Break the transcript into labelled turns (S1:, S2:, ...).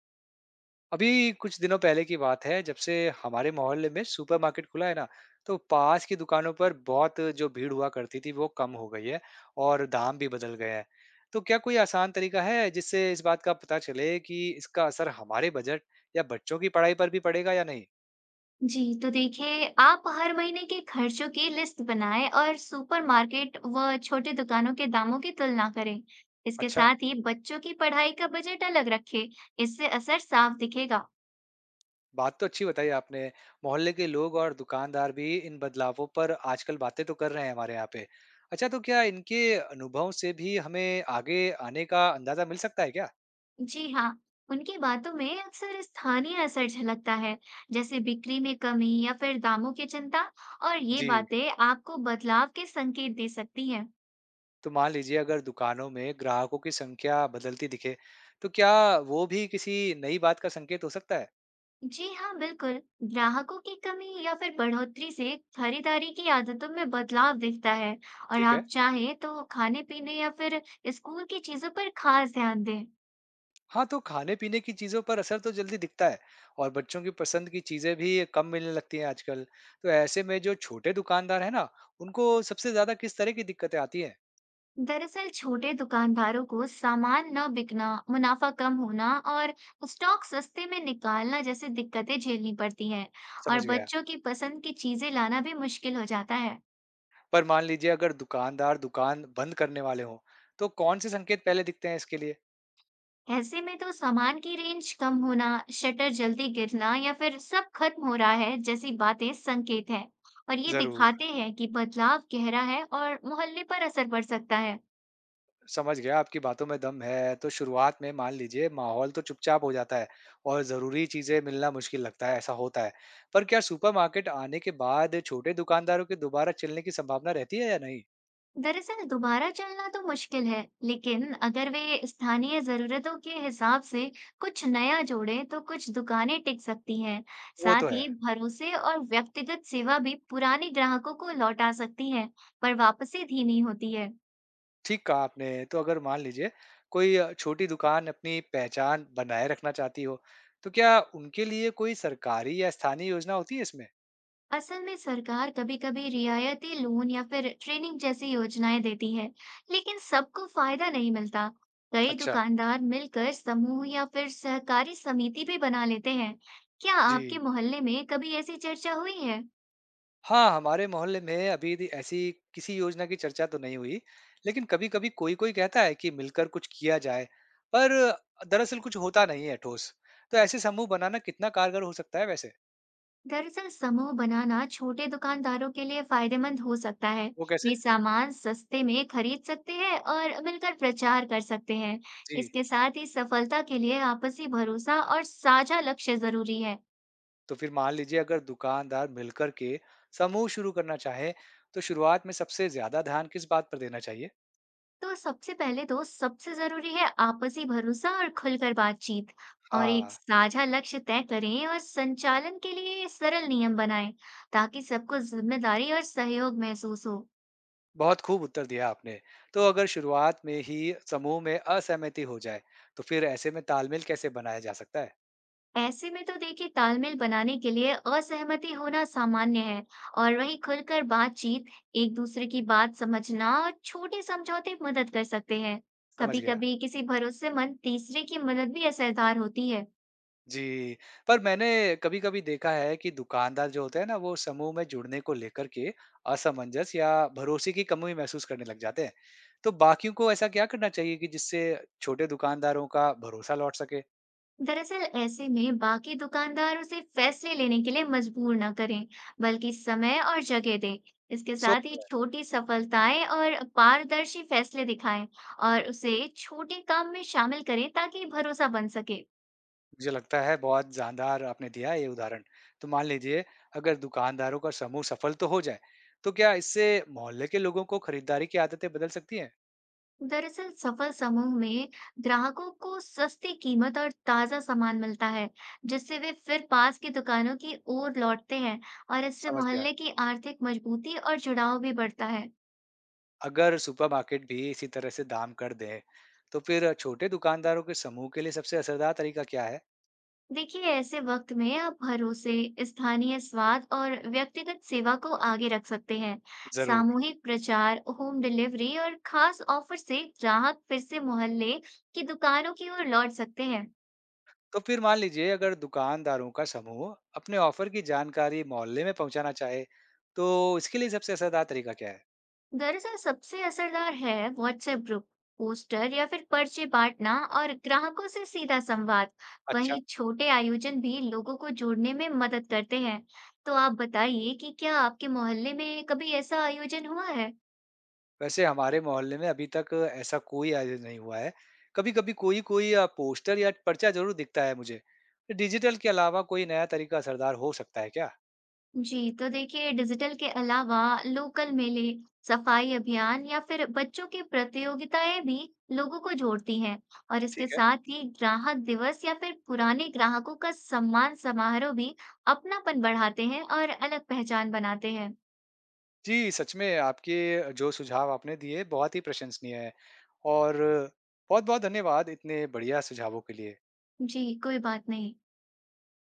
S1: अभी कुछ दिनों पहले की बात है जब से हमारे मोहल्ले में सुपरमार्केट खुला है ना। तो पास की दुकानों पर बहुत जो भीड़ हुआ करती थी वो कम हो गई है और दाम भी बदल गए हैं। तो क्या कोई आसान तरीका है जिससे इस बात का पता चले कि इसका असर हमारे बजट या बच्चों की पढ़ाई पर भी पड़ेगा या नहीं?
S2: जी, तो देखिए, आप हर महीने के खर्चों की लिस्ट बनाएँ और सुपरमार्केट व छोटी दुकानों के दामों की तुलना करें। इसके
S1: अच्छा।
S2: साथ ही बच्चों की पढ़ाई का बजट अलग रखें, इससे असर साफ दिखेगा।
S1: बात तो अच्छी बताई आपने। मोहल्ले के लोग और दुकानदार भी इन बदलावों पर आजकल बातें तो कर रहे हैं हमारे यहाँ पे। अच्छा, तो क्या इनके अनुभव से भी हमें आगे आने का अंदाजा मिल सकता है क्या?
S2: जी हाँ, उनकी बातों में अक्सर स्थानीय असर झलकता है, जैसे बिक्री में कमी या फिर दामों की चिंता, और ये
S1: जी,
S2: बातें आपको बदलाव के संकेत दे सकती हैं।
S1: तो मान लीजिए अगर दुकानों में ग्राहकों की संख्या बदलती दिखे, तो क्या वो भी किसी नई बात का संकेत हो सकता है?
S2: जी हाँ बिल्कुल। ग्राहकों की कमी या फिर बढ़ोतरी से खरीदारी की आदतों में बदलाव दिखता है और
S1: ठीक है।
S2: आप चाहें तो खाने पीने या फिर स्कूल की चीजों पर खास ध्यान दें।
S1: हाँ, तो खाने पीने की चीजों पर असर तो जल्दी दिखता है और बच्चों की पसंद की चीजें भी कम मिलने लगती हैं आजकल। तो ऐसे में जो छोटे दुकानदार हैं ना, उनको सबसे ज्यादा किस तरह की दिक्कतें आती हैं?
S2: दरअसल छोटे दुकानदारों को सामान न बिकना, मुनाफा कम होना और स्टॉक सस्ते में निकालना जैसी दिक्कतें झेलनी पड़ती हैं और
S1: समझ गया।
S2: बच्चों की पसंद की चीजें लाना भी मुश्किल हो जाता है।
S1: पर मान लीजिए अगर दुकानदार दुकान बंद करने वाले हों, तो कौन से संकेत पहले दिखते हैं इसके लिए?
S2: ऐसे में तो सामान की रेंज कम होना, शटर जल्दी गिरना या फिर सब खत्म हो रहा है जैसी बातें संकेत हैं और ये
S1: जरूर।
S2: दिखाते हैं कि बदलाव गहरा है और मोहल्ले पर असर पड़ सकता है।
S1: समझ गया, आपकी बातों में दम है। तो शुरुआत में मान लीजिए माहौल तो चुपचाप हो जाता है और ज़रूरी चीज़ें मिलना मुश्किल लगता है, ऐसा होता है। पर क्या सुपरमार्केट आने के बाद छोटे दुकानदारों के दोबारा चलने की संभावना रहती है या नहीं?
S2: दरअसल दोबारा चलना तो मुश्किल है, लेकिन अगर वे स्थानीय जरूरतों के हिसाब से कुछ नया जोड़ें तो कुछ दुकानें टिक सकती हैं।
S1: वो तो
S2: साथ
S1: है।
S2: ही भरोसे और व्यक्तिगत सेवा भी पुराने ग्राहकों को लौटा सकती है, पर वापसी धीमी होती है।
S1: ठीक कहा आपने। तो अगर मान लीजिए कोई छोटी दुकान अपनी पहचान बनाए रखना चाहती हो, तो क्या उनके लिए कोई सरकारी या स्थानीय योजना होती है इसमें?
S2: असल में सरकार कभी-कभी रियायती लोन या फिर ट्रेनिंग जैसी योजनाएं देती है, लेकिन सबको फायदा नहीं मिलता। कई
S1: अच्छा।
S2: दुकानदार मिलकर समूह या फिर सहकारी समिति भी बना लेते हैं। क्या आपके
S1: जी।
S2: मोहल्ले में कभी ऐसी चर्चा हुई है?
S1: हाँ, हमारे मोहल्ले में अभी दी ऐसी किसी योजना की चर्चा तो नहीं हुई, लेकिन कभी-कभी कोई-कोई कहता है कि मिलकर कुछ किया जाए, पर दरअसल कुछ होता नहीं है ठोस। तो ऐसे समूह बनाना कितना कारगर हो सकता है वैसे?
S2: दरअसल समूह बनाना छोटे दुकानदारों के लिए फायदेमंद हो सकता है।
S1: वो कैसे?
S2: वे सामान सस्ते में खरीद सकते हैं और मिलकर प्रचार कर सकते हैं।
S1: जी,
S2: इसके साथ ही सफलता के लिए आपसी भरोसा और साझा लक्ष्य जरूरी है।
S1: तो फिर मान लीजिए अगर दुकानदार मिलकर के समूह शुरू करना चाहे, तो शुरुआत में सबसे ज़्यादा ध्यान किस बात पर देना चाहिए?
S2: तो सबसे पहले तो सबसे जरूरी है आपसी भरोसा और खुलकर बातचीत, और
S1: हाँ,
S2: एक साझा लक्ष्य तय करें और संचालन के लिए सरल नियम बनाएं ताकि सबको जिम्मेदारी और सहयोग महसूस हो।
S1: बहुत खूब उत्तर दिया आपने। तो अगर शुरुआत में ही समूह में असहमति हो जाए, तो फिर ऐसे में तालमेल कैसे बनाया जा सकता है?
S2: ऐसे में तो देखिए, तालमेल बनाने के लिए असहमति होना सामान्य है और वही खुलकर बातचीत, एक दूसरे की बात समझना और छोटे समझौते मदद कर सकते हैं।
S1: समझ
S2: कभी
S1: गया।
S2: कभी किसी भरोसेमंद तीसरे की मदद भी असरदार होती है।
S1: जी, पर मैंने कभी-कभी देखा है कि दुकानदार जो होते हैं ना, वो समूह में जुड़ने को लेकर के असमंजस या भरोसे की कमी महसूस करने लग जाते हैं। तो बाकियों को ऐसा क्या करना चाहिए कि जिससे छोटे दुकानदारों का भरोसा लौट सके?
S2: दरअसल ऐसे में बाकी दुकानदार उसे फैसले लेने के लिए मजबूर न करें, बल्कि समय और जगह दें। इसके
S1: सो,
S2: साथ ही छोटी सफलताएं और पारदर्शी फैसले दिखाएं और उसे छोटे काम में शामिल करें ताकि भरोसा बन सके।
S1: मुझे लगता है बहुत जानदार आपने दिया है ये उदाहरण। तो मान लीजिए अगर दुकानदारों का समूह सफल तो हो जाए, तो क्या इससे मोहल्ले के लोगों को खरीदारी की आदतें बदल सकती हैं?
S2: दरअसल सफल समूह में ग्राहकों को सस्ती कीमत और ताजा सामान मिलता है, जिससे वे फिर पास की दुकानों की ओर लौटते हैं और इससे
S1: समझ गया।
S2: मोहल्ले की आर्थिक मजबूती और जुड़ाव भी बढ़ता है।
S1: अगर सुपरमार्केट भी इसी तरह से दाम कर दें, तो फिर छोटे दुकानदारों के समूह के लिए सबसे असरदार तरीका क्या है?
S2: देखिए ऐसे वक्त में आप भरोसे, स्थानीय स्वाद और व्यक्तिगत सेवा को आगे रख सकते हैं।
S1: जरूर।
S2: सामूहिक प्रचार, होम डिलीवरी और खास ऑफर से ग्राहक फिर से मोहल्ले की दुकानों की ओर लौट सकते हैं।
S1: तो फिर मान लीजिए अगर दुकानदारों का समूह अपने ऑफर की जानकारी मोहल्ले में पहुंचाना चाहे, तो इसके लिए सबसे असरदार तरीका क्या है?
S2: दरअसल सबसे असरदार है व्हाट्सएप ग्रुप, पोस्टर या फिर पर्चे बांटना और ग्राहकों से सीधा संवाद।
S1: अच्छा।
S2: वहीं छोटे आयोजन भी लोगों को जोड़ने में मदद करते हैं। तो आप बताइए कि क्या आपके मोहल्ले में कभी ऐसा आयोजन हुआ है?
S1: वैसे हमारे मोहल्ले में अभी तक ऐसा कोई आयोजन नहीं हुआ है। कभी कभी कोई कोई पोस्टर या पर्चा जरूर दिखता है मुझे। तो डिजिटल के अलावा कोई नया तरीका असरदार हो सकता है क्या?
S2: जी तो देखिए, डिजिटल के अलावा लोकल मेले, सफाई अभियान या फिर बच्चों की प्रतियोगिताएं भी लोगों को जोड़ती हैं और इसके
S1: ठीक है।
S2: साथ ही ग्राहक दिवस या फिर पुराने ग्राहकों का सम्मान समारोह भी अपनापन बढ़ाते हैं और अलग पहचान बनाते हैं।
S1: जी, सच में आपके जो सुझाव आपने दिए बहुत ही प्रशंसनीय है, और बहुत-बहुत धन्यवाद इतने बढ़िया सुझावों के लिए।
S2: जी, कोई बात नहीं।